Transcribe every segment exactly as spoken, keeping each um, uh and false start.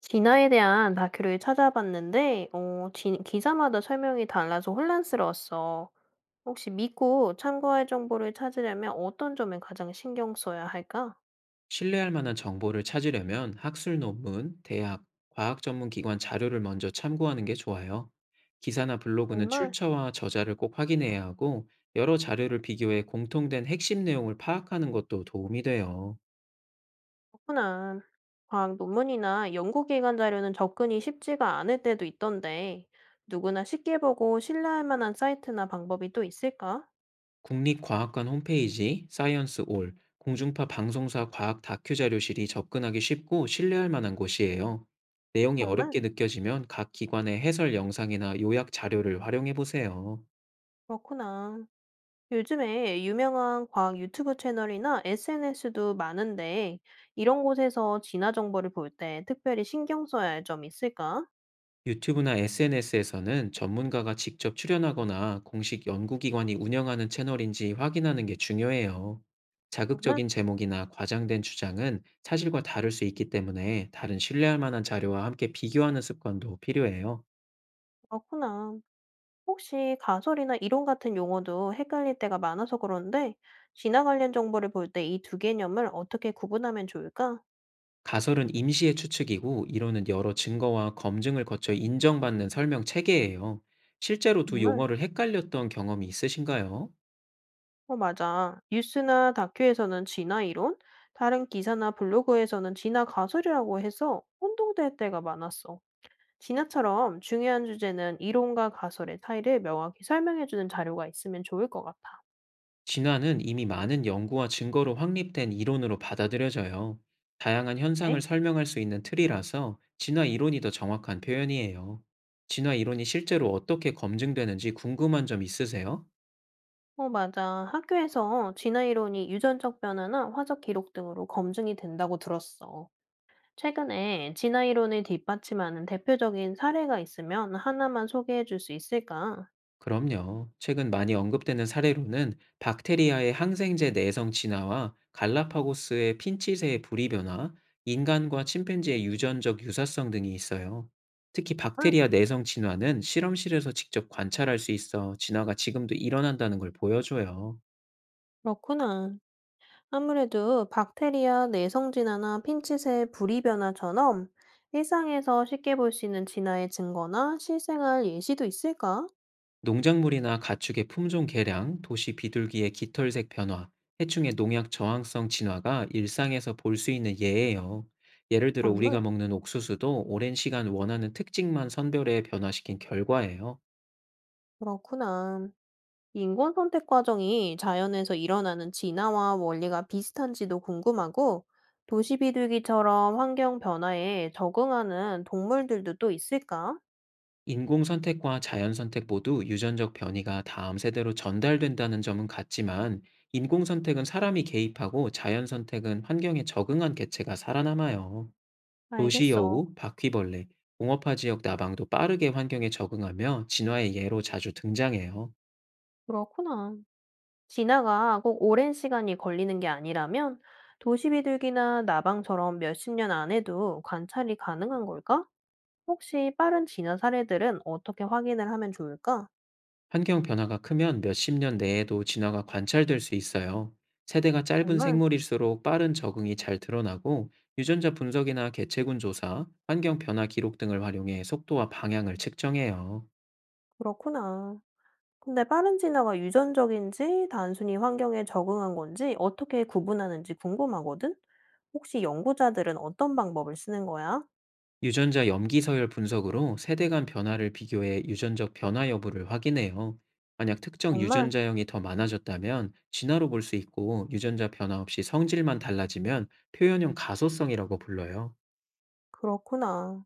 진화에 대한 다큐를 찾아봤는데, 어, 진, 기사마다 설명이 달라서 혼란스러웠어. 혹시 믿고 참고할 정보를 찾으려면 어떤 점에 가장 신경 써야 할까? 신뢰할 만한 정보를 찾으려면 학술 논문, 대학, 과학 전문 기관 자료를 먼저 참고하는 게 좋아요. 기사나 블로그는 정말. 출처와 저자를 꼭 확인해야 하고, 여러 자료를 비교해 공통된 핵심 내용을 파악하는 것도 도움이 돼요. 그렇구나. 과학 논문이나 연구기관 자료는 접근이 쉽지가 않을 때도 있던데, 누구나 쉽게 보고 신뢰할 만한 사이트나 방법이 또 있을까? 국립과학관 홈페이지, 사이언스 올, 공중파 방송사 과학 다큐 자료실이 접근하기 쉽고 신뢰할 만한 곳이에요. 내용이 정말. 어렵게 느껴지면 각 기관의 해설 영상이나 요약 자료를 활용해 보세요. 그렇구나. 요즘에 유명한 과학 유튜브 채널이나 에스엔에스도 많은데, 이런 곳에서 진화 정보를 볼 때 특별히 신경 써야 할 점이 있을까? 유튜브나 에스엔에스에서는 전문가가 직접 출연하거나 공식 연구기관이 운영하는 채널인지 확인하는 게 중요해요. 정말? 자극적인 제목이나 과장된 주장은 사실과 다를 수 있기 때문에 다른 신뢰할 만한 자료와 함께 비교하는 습관도 필요해요. 그렇구나. 혹시 가설이나 이론 같은 용어도 헷갈릴 때가 많아서 그런데, 진화 관련 정보를 볼 때 이 두 개념을 어떻게 구분하면 좋을까? 가설은 임시의 추측이고 이론은 여러 증거와 검증을 거쳐 인정받는 설명 체계예요. 실제로 두 정말? 용어를 헷갈렸던 경험이 있으신가요? 어, 맞아. 뉴스나 다큐에서는 진화 이론, 다른 기사나 블로그에서는 진화 가설이라고 해서 혼동될 때가 많았어. 진화처럼 중요한 주제는 이론과 가설의 차이를 명확히 설명해주는 자료가 있으면 좋을 것 같아. 진화는 이미 많은 연구와 증거로 확립된 이론으로 받아들여져요. 다양한 현상을 네? 설명할 수 있는 틀이라서 진화 이론이 더 정확한 표현이에요. 진화 이론이 실제로 어떻게 검증되는지 궁금한 점 있으세요? 어, 맞아. 학교에서 진화 이론이 유전적 변화나 화적 기록 등으로 검증이 된다고 들었어. 최근에 진화 이론을 뒷받침하는 대표적인 사례가 있으면 하나만 소개해 줄 수 있을까? 그럼요. 최근 많이 언급되는 사례로는 박테리아의 항생제 내성 진화와 갈라파고스의 핀치새의 부리 변화, 인간과 침팬지의 유전적 유사성 등이 있어요. 특히 아, 박테리아 내성 진화는 실험실에서 직접 관찰할 수 있어 진화가 지금도 일어난다는 걸 보여줘요. 그렇구나. 아무래도 박테리아 내성 진화나 핀칫의 부리 변화처럼 일상에서 쉽게 볼 수 있는 진화의 증거나 실생활 예시도 있을까? 농작물이나 가축의 품종 개량, 도시 비둘기의 깃털색 변화, 해충의 농약 저항성 진화가 일상에서 볼 수 있는 예예요. 예를 들어 정말? 우리가 먹는 옥수수도 오랜 시간 원하는 특징만 선별해 변화시킨 결과예요. 그렇구나. 인공 선택 과정이 자연에서 일어나는 진화와 원리가 비슷한지도 궁금하고, 도시 비둘기처럼 환경 변화에 적응하는 동물들도 또 있을까? 인공 선택과 자연 선택 모두 유전적 변이가 다음 세대로 전달된다는 점은 같지만 인공 선택은 사람이 개입하고 자연 선택은 환경에 적응한 개체가 살아남아요. 도시 알겠어. 여우, 바퀴벌레, 공업화 지역 나방도 빠르게 환경에 적응하며 진화의 예로 자주 등장해요. 그렇구나. 진화가 꼭 오랜 시간이 걸리는 게 아니라면, 도시 비둘기나 나방처럼 몇십 년 안에도 관찰이 가능한 걸까? 혹시 빠른 진화 사례들은 어떻게 확인을 하면 좋을까? 환경 변화가 크면 몇십 년 내에도 진화가 관찰될 수 있어요. 세대가 짧은 정말? 생물일수록 빠른 적응이 잘 드러나고 유전자 분석이나 개체군 조사, 환경 변화 기록 등을 활용해 속도와 방향을 측정해요. 그렇구나. 근데 빠른 진화가 유전적인지 단순히 환경에 적응한 건지 어떻게 구분하는지 궁금하거든? 혹시 연구자들은 어떤 방법을 쓰는 거야? 유전자 염기 서열 분석으로 세대 간 변화를 비교해 유전적 변화 여부를 확인해요. 만약 특정 정말? 유전자형이 더 많아졌다면 진화로 볼 수 있고 유전자 변화 없이 성질만 달라지면 표현형 가소성이라고 불러요. 그렇구나.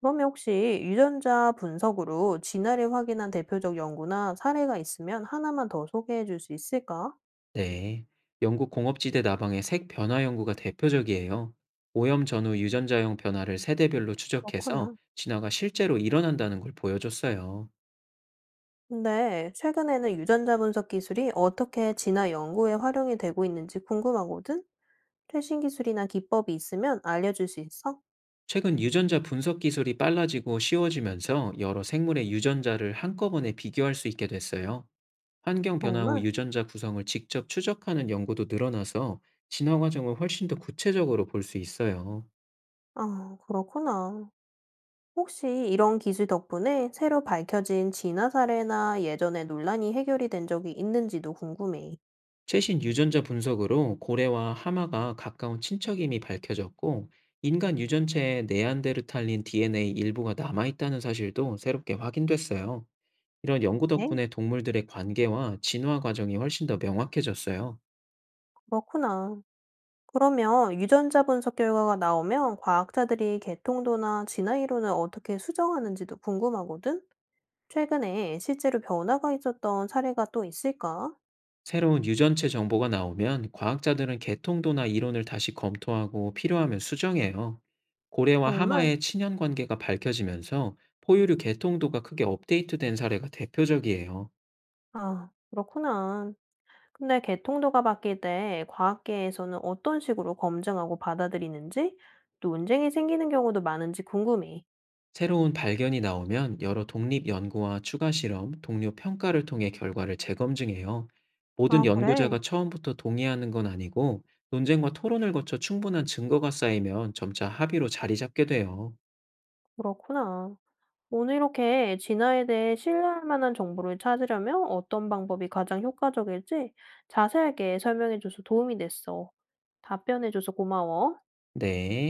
그러면 혹시 유전자 분석으로 진화를 확인한 대표적 연구나 사례가 있으면 하나만 더 소개해 줄 수 있을까? 네. 영국 공업지대 나방의 색 변화 연구가 대표적이에요. 오염 전후 유전자형 변화를 세대별로 그렇구나. 추적해서 진화가 실제로 일어난다는 걸 보여줬어요. 근데 최근에는 유전자 분석 기술이 어떻게 진화 연구에 활용이 되고 있는지 궁금하거든? 최신 기술이나 기법이 있으면 알려줄 수 있어? 최근 유전자 분석 기술이 빨라지고 쉬워지면서 여러 생물의 유전자를 한꺼번에 비교할 수 있게 됐어요. 환경 변화 후 정말? 유전자 구성을 직접 추적하는 연구도 늘어나서 진화 과정을 훨씬 더 구체적으로 볼 수 있어요. 아, 그렇구나. 혹시 이런 기술 덕분에 새로 밝혀진 진화 사례나 예전에 논란이 해결이 된 적이 있는지도 궁금해. 최신 유전자 분석으로 고래와 하마가 가까운 친척임이 밝혀졌고, 인간 유전체에 네안데르탈린 디엔에이 일부가 남아있다는 사실도 새롭게 확인됐어요. 이런 연구 네. 덕분에 동물들의 관계와 진화 과정이 훨씬 더 명확해졌어요. 그렇구나. 그러면 유전자 분석 결과가 나오면 과학자들이 개통도나 진화 이론을 어떻게 수정하는지도 궁금하거든? 최근에 실제로 변화가 있었던 사례가 또 있을까? 새로운 유전체 정보가 나오면 과학자들은 개통도나 이론을 다시 검토하고 필요하면 수정해요. 고래와 정말? 하마의 친연 관계가 밝혀지면서 포유류 개통도가 크게 업데이트된 사례가 대표적이에요. 아, 그렇구나. 근데 개통도가 바뀔 때 과학계에서는 어떤 식으로 검증하고 받아들이는지, 또 논쟁이 생기는 경우도 많은지 궁금해. 새로운 발견이 나오면 여러 독립 연구와 추가 실험, 동료 평가를 통해 결과를 재검증해요. 모든 아, 그래? 연구자가 처음부터 동의하는 건 아니고 논쟁과 토론을 거쳐 충분한 증거가 쌓이면 점차 합의로 자리 잡게 돼요. 그렇구나. 오늘 이렇게 진화에 대해 신뢰할 만한 정보를 찾으려면 어떤 방법이 가장 효과적일지 자세하게 설명해줘서 도움이 됐어. 답변해줘서 고마워. 네.